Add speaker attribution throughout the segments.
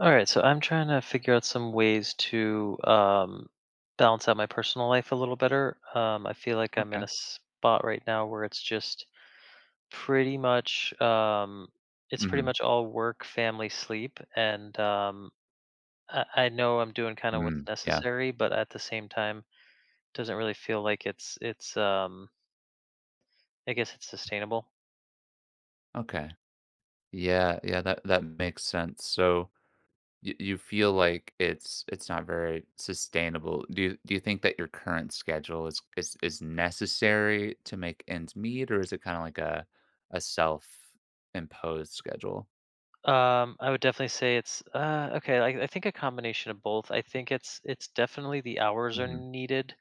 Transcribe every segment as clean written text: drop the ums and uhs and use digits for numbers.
Speaker 1: All right, so I'm trying to figure out some ways to balance out my personal life a little better. I feel like I'm in
Speaker 2: Okay.
Speaker 1: a spot right now where it's just pretty much it's pretty
Speaker 2: Mhm.
Speaker 1: much all work, family, sleep, and I know I'm doing kind of what's
Speaker 2: Mm, yeah.
Speaker 1: necessary, but at the same time, doesn't really feel like it's, I guess it's sustainable.
Speaker 2: Okay. Yeah, yeah, that makes sense. So y you feel like it's not very sustainable. Do you think that your current schedule is necessary to make ends meet, or is it kinda like a self-imposed schedule?
Speaker 1: I would definitely say it's okay. I think a combination of both. I think it's definitely the hours are
Speaker 2: Mhm.
Speaker 1: needed.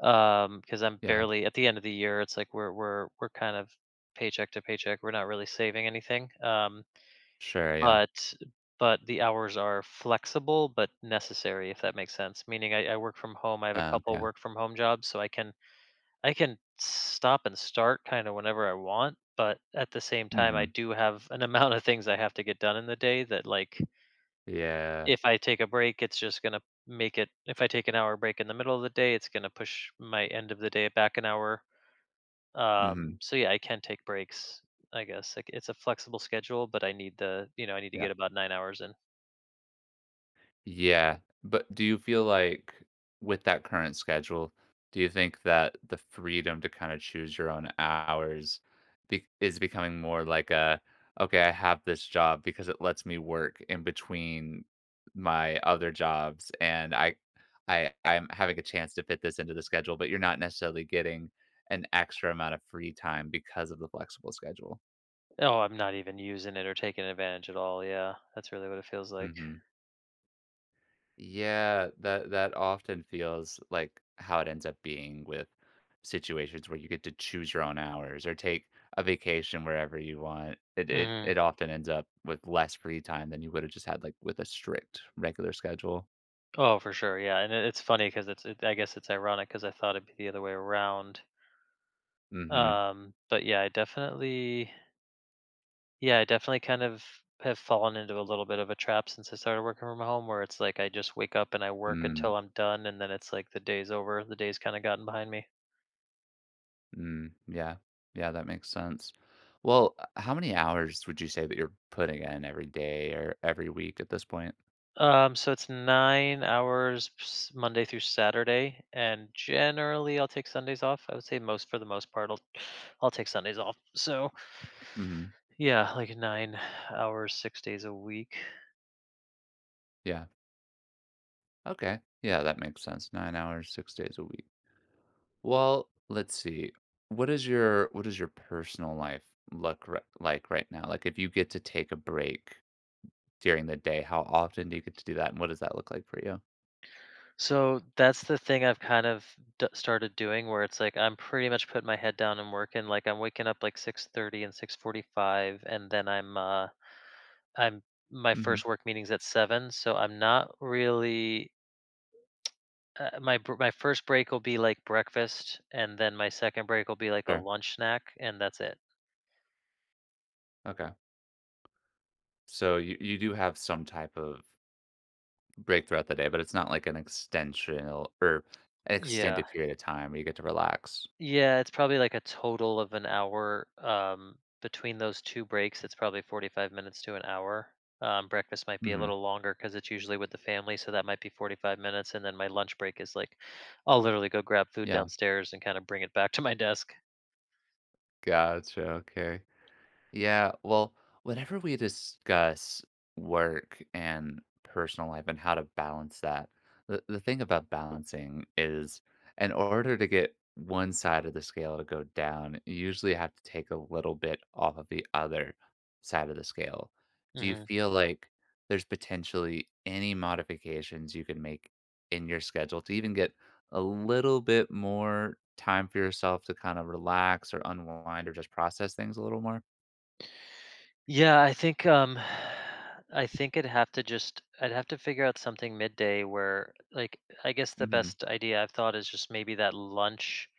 Speaker 1: Because I'm
Speaker 2: Yeah.
Speaker 1: barely at the end of the year, it's like we're kind of paycheck to paycheck. We're not really saving anything.
Speaker 2: Sure, yeah.
Speaker 1: But but the hours are flexible but necessary, if that makes sense. Meaning I work from home. I have a couple
Speaker 2: Okay.
Speaker 1: work from home jobs, so I can stop and start kind of whenever I want. But at the same time, I
Speaker 2: Mhm.
Speaker 1: do have an amount of things I have to get done in the day that, like,
Speaker 2: Yeah.
Speaker 1: if I take a break, it's just gonna make it if I take an hour break in the middle of the day, it's gonna push my end of the day back an hour.
Speaker 2: Mhm.
Speaker 1: So yeah, I can take breaks, I guess. Like it's a flexible schedule, but I need the I need to
Speaker 2: Yeah.
Speaker 1: get about 9 hours in.
Speaker 2: Yeah, but do you feel like with that current schedule, do you think that the freedom to kinda choose your own hours be is becoming more like a, "Okay, I have this job because it lets me work in between my other jobs, and I'm having a chance to fit this into the schedule," but you're not necessarily getting an extra amount of free time because of the flexible schedule?
Speaker 1: Oh, I'm not even using it or taking advantage at all. Yeah, that's really what it feels like.
Speaker 2: Mhm. Yeah, that often feels like how it ends up being with situations where you get to choose your own hours or take a vacation wherever you want. It it
Speaker 1: hmm
Speaker 2: it often ends up with less free time than you would have just had like with a strict regular schedule.
Speaker 1: Oh, for sure. Yeah, and it's funny because I guess it's ironic because I thought it'd be the other way around.
Speaker 2: Mm-hmm.
Speaker 1: But yeah, I definitely. Yeah, I definitely kind of have fallen into a little bit of a trap since I started working from home, where it's like I just wake up and I work
Speaker 2: Mm,
Speaker 1: until I'm done, and then it's like the day's over. The day's kind of gotten behind me.
Speaker 2: mm, yeah. Yeah, that makes sense. Well, how many hours would you say that you're putting in every day or every week at this point?
Speaker 1: So it's 9 hours Monday through Saturday, and generally I'll take Sundays off. I would say most for the most part, I'll take Sundays off. So
Speaker 2: Mm-hmm.
Speaker 1: yeah, like 9 hours, 6 days a week.
Speaker 2: Yeah. Okay. Yeah, that makes sense. 9 hours, 6 days a week. Well, let's see. What does your personal life look ri like right now? Like, if you get to take a break during the day, how often do you get to do that, and what does that look like for you?
Speaker 1: So that's the thing I've kind of started doing, where it's like I'm pretty much putting my head down and working. Like I'm waking up like 6:30 and 6:45, and then I'm my
Speaker 2: Mhm.
Speaker 1: first work meeting's at 7, so I'm not really. My first break will be, like, breakfast, and then my second break will be, like, a
Speaker 2: Sure.
Speaker 1: lunch snack, and that's it.
Speaker 2: Okay. So you do have some type of break throughout the day, but it's not like an extensional or an
Speaker 1: Yeah.
Speaker 2: extended period of time where you get to relax.
Speaker 1: Yeah, it's probably, like, a total of an hour, between those 2 breaks, it's probably 45 minutes to an hour. Breakfast might be a
Speaker 2: Mhm.
Speaker 1: little longer because it's usually with the family, so that might be 45 minutes, and then my lunch break is, like, I'll literally go grab food
Speaker 2: Yeah.
Speaker 1: downstairs and kinda bring it back to my desk.
Speaker 2: Gotcha. Okay. Yeah, well, whenever we discuss work and personal life and how to balance that, the thing about balancing is in order to get one side of the scale to go down, you usually have to take a little bit off of the other side of the scale. Do you
Speaker 1: Mhm.
Speaker 2: feel like there's potentially any modifications you can make in your schedule to even get a little bit more time for yourself to kind of relax or unwind or just process things a little more?
Speaker 1: Yeah, I think I'd have to just I'd have to figure out something midday where, like, I guess the
Speaker 2: Mhm.
Speaker 1: best idea I've thought is just maybe that lunch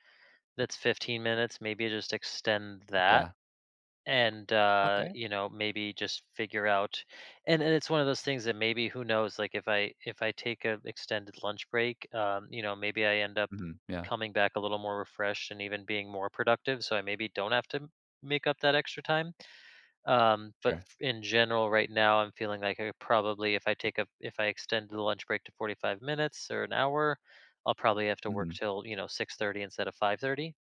Speaker 1: that's 15 minutes, maybe just extend that
Speaker 2: Yeah.
Speaker 1: and
Speaker 2: Okay.
Speaker 1: you know maybe just figure out and it's one of those things that maybe who knows, like, if i take a extended lunch break, you know, maybe I end up
Speaker 2: Mhm. Yeah.
Speaker 1: coming back a little more refreshed and even being more productive so I maybe don't have to make up that extra time. um, but
Speaker 2: Sure.
Speaker 1: f- in general, right now, I'm feeling like I probably, if I extend the lunch break to 45 minutes or an hour, I'll probably have to work
Speaker 2: Mhm.
Speaker 1: till you know 6:30 instead of 5:30.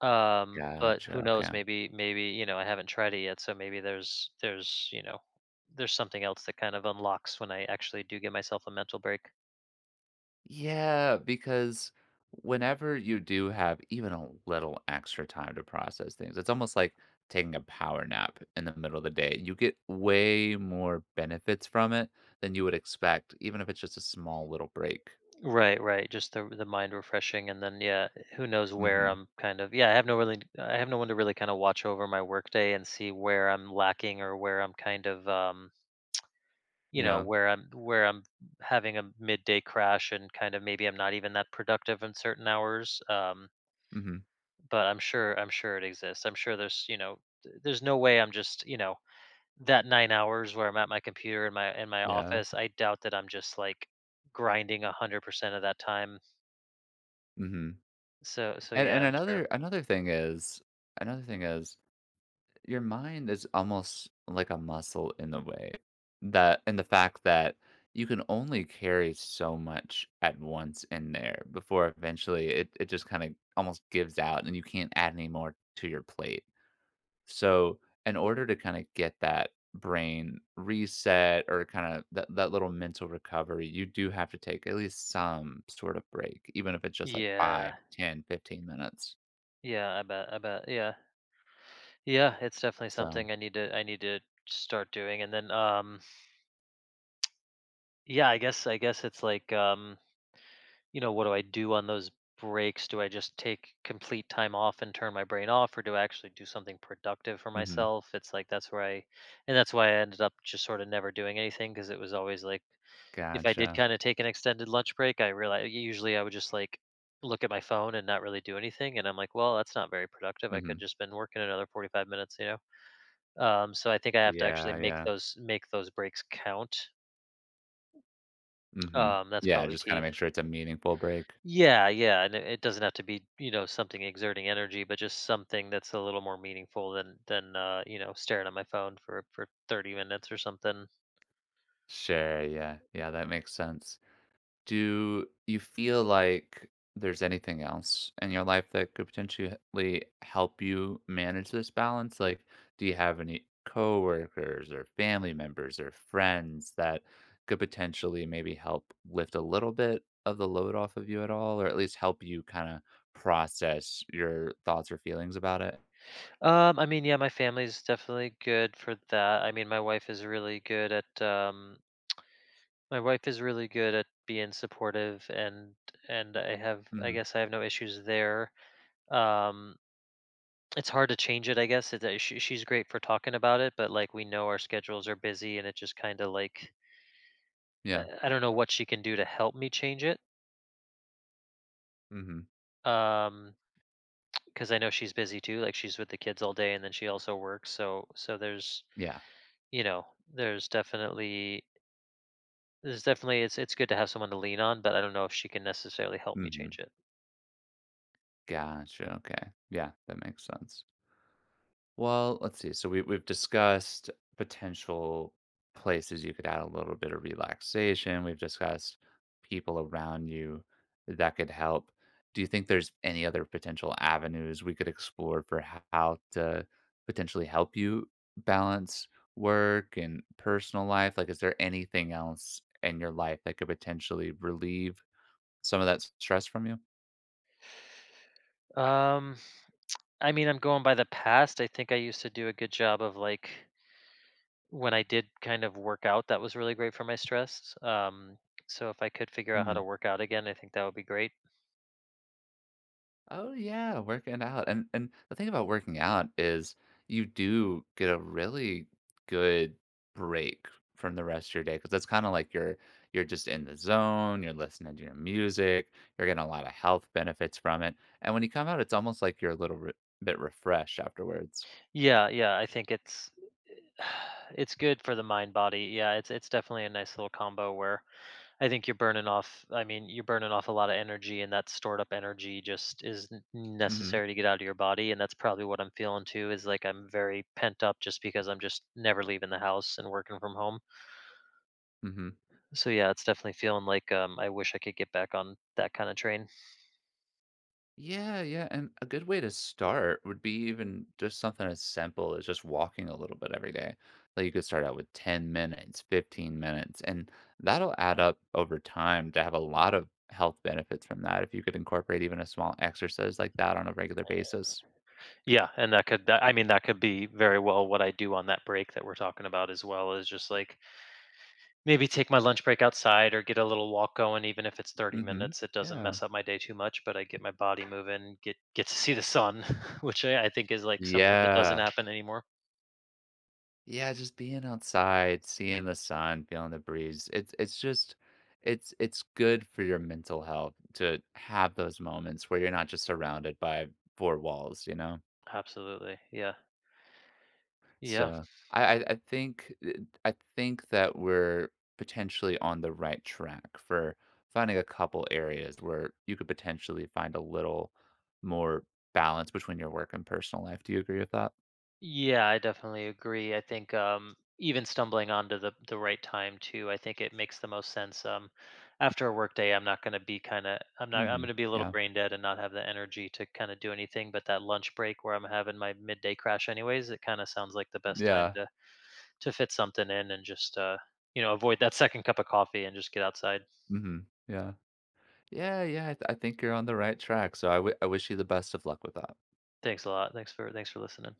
Speaker 1: But
Speaker 2: Gotcha,
Speaker 1: who knows?
Speaker 2: okay.
Speaker 1: Maybe you know, I haven't tried it yet, so maybe there's you know there's something else that kind of unlocks when I actually do give myself a mental break.
Speaker 2: Yeah, because whenever you do have even a little extra time to process things, it's almost like taking a power nap in the middle of the day. You get way more benefits from it than you would expect, even if it's just a small little break.
Speaker 1: Right, right. Just the mind refreshing, and then yeah, who knows where
Speaker 2: Mhm.
Speaker 1: I'm kind of yeah. I have no really, I have no one to really kind of watch over my workday and see where I'm lacking or where I'm kind of you know
Speaker 2: Yeah.
Speaker 1: where I'm having a midday crash and kind of maybe I'm not even that productive in certain hours. Um,
Speaker 2: Mhm.
Speaker 1: but I'm sure it exists. I'm sure there's you know there's no way I'm just you know that 9 hours where I'm at my computer in my
Speaker 2: Yeah.
Speaker 1: office. I doubt that I'm just like grinding 100% of that time.
Speaker 2: Mhm.
Speaker 1: So so
Speaker 2: And
Speaker 1: yeah,
Speaker 2: and
Speaker 1: I'm sure.
Speaker 2: another thing is your mind is almost like a muscle in a way that and the fact that you can only carry so much at once in there before eventually it just kind of almost gives out and you can't add any more to your plate. So in order to kind of get that brain reset or kind of that little mental recovery, you do have to take at least some sort of break, even if it's just like
Speaker 1: Yeah.
Speaker 2: 5, 10, 15 minutes.
Speaker 1: Yeah, I bet. I bet. Yeah. Yeah, it's definitely
Speaker 2: So,
Speaker 1: something I need to start doing. And then yeah, I guess it's like you know, what do I do on those breaks? Do I just take complete time off and turn my brain off or do I actually do something productive for
Speaker 2: mhm,
Speaker 1: myself? It's like that's where I and that's why I ended up just sort of never doing anything because it was always like if I did
Speaker 2: gotcha.
Speaker 1: kinda take an extended lunch break, I realize usually I would just, like, look at my phone and not really do anything, and I'm like, "Well, that's not very productive, I
Speaker 2: Hmm.
Speaker 1: could just been working another 45 minutes," you know? So I think I have to actually
Speaker 2: Yeah,
Speaker 1: make
Speaker 2: yeah.
Speaker 1: those make those breaks count.
Speaker 2: Mhm.
Speaker 1: That's
Speaker 2: Yeah,
Speaker 1: probably
Speaker 2: just kinda
Speaker 1: key.
Speaker 2: make sure it's a meaningful break.
Speaker 1: Yeah, yeah, and it doesn't have to be, you know, something exerting energy, but just something that's a little more meaningful than than, you know, staring at my phone for 30 minutes or something.
Speaker 2: Sure, yeah. Yeah, that makes sense. Do you feel like there's anything else in your life that could potentially help you manage this balance? Like, do you have any coworkers or family members or friends that could potentially maybe help lift a little bit of the load off of you at all, or at least help you kinda process your thoughts or feelings about it?
Speaker 1: I mean, yeah, my family's definitely good for that. I mean, my wife is really good at, my wife is really good at being supportive and I have I
Speaker 2: Mhm.
Speaker 1: guess I have no issues there. Um it's hard to change it, I guess. It's, she's great for talking about it, but like we know our schedules are busy and it just kind of like
Speaker 2: Yeah.
Speaker 1: I don't know what she can do to help me change it.
Speaker 2: Mhm.
Speaker 1: Um because I know she's busy too, like she's with the kids all day and then she also works. So so
Speaker 2: Yeah.
Speaker 1: you know, there's definitely there's definitely it's good to have someone to lean on, but I don't know if she can necessarily help me
Speaker 2: Mhm.
Speaker 1: change it.
Speaker 2: Gotcha, okay. Yeah, that makes sense. Well, let's see, so we've discussed potential places you could add a little bit of relaxation, we've discussed people around you that could help. Do you think there's any other potential avenues we could explore for how to potentially help you balance work and personal life? Like, is there anything else in your life that could potentially relieve some of that stress from you?
Speaker 1: Um, I mean, I'm going by the past. I think I used to do a good job of, like, when I did kind of work out, that was really great for my stress. So if I could figure out how to
Speaker 2: Mhm.
Speaker 1: work out again, I think that would be great.
Speaker 2: Oh yeah, working out. And the thing about working out is you do get a really good break from the rest of your day because that's kind of like you're just in the zone, you're listening to your music, you're getting a lot of health benefits from it. And when you come out, it's almost like you're a little bit refreshed afterwards.
Speaker 1: Yeah, yeah, I think it's it's good for the mind body. Yeah, it's definitely a nice little combo where I think you're burning off. I mean, you're burning off a lot of energy, and that stored up energy just is
Speaker 2: Mhm.
Speaker 1: necessary to get out of your body. And that's probably what I'm feeling too. Is like I'm very pent up just because I'm just never leaving the house and working from home.
Speaker 2: Mhm.
Speaker 1: So yeah, it's definitely feeling like I wish I could get back on that kind of train.
Speaker 2: Yeah, yeah, and a good way to start would be even just something as simple as just walking a little bit every day. Like you could start out with 10 minutes, 15 minutes, and that'll add up over time to have a lot of health benefits from that if you could incorporate even a small exercise like that on a regular basis.
Speaker 1: Yeah, and that could. That, I mean, that could be very well what I do on that break that we're talking about as well. Is just like maybe take my lunch break outside or get a little walk going, even if it's 30
Speaker 2: Mhm.
Speaker 1: minutes. It doesn't
Speaker 2: Yeah.
Speaker 1: mess up my day too much, but I get my body moving, get to see the sun, which I think is like something that doesn't
Speaker 2: Yeah.
Speaker 1: happen anymore.
Speaker 2: Yeah, just being outside, seeing the sun, feeling the breeze. It's just it's good for your mental health to have those moments where you're not just surrounded by four walls, you know?
Speaker 1: Absolutely. Yeah. Yeah.
Speaker 2: So I think that we're potentially on the right track for finding a couple areas where you could potentially find a little more balance between your work and personal life. Do you agree with that?
Speaker 1: Yeah, I definitely agree. I think even stumbling onto the right time too, I think it makes the most sense. After a work day, I'm not gonna be kinda I'm not I'm
Speaker 2: Mhm.
Speaker 1: gonna be a little
Speaker 2: Yeah.
Speaker 1: brain dead and not have the energy to kinda do anything. But that lunch break where I'm having my midday crash anyways, it kinda sounds like the best time
Speaker 2: Yeah.
Speaker 1: to fit something in and just you know avoid that second cup of coffee and just get outside.
Speaker 2: Mhm. Yeah. Yeah, yeah, I think you're on the right track, so I wish you the best of luck with that.
Speaker 1: Thanks a lot. Thanks for listening.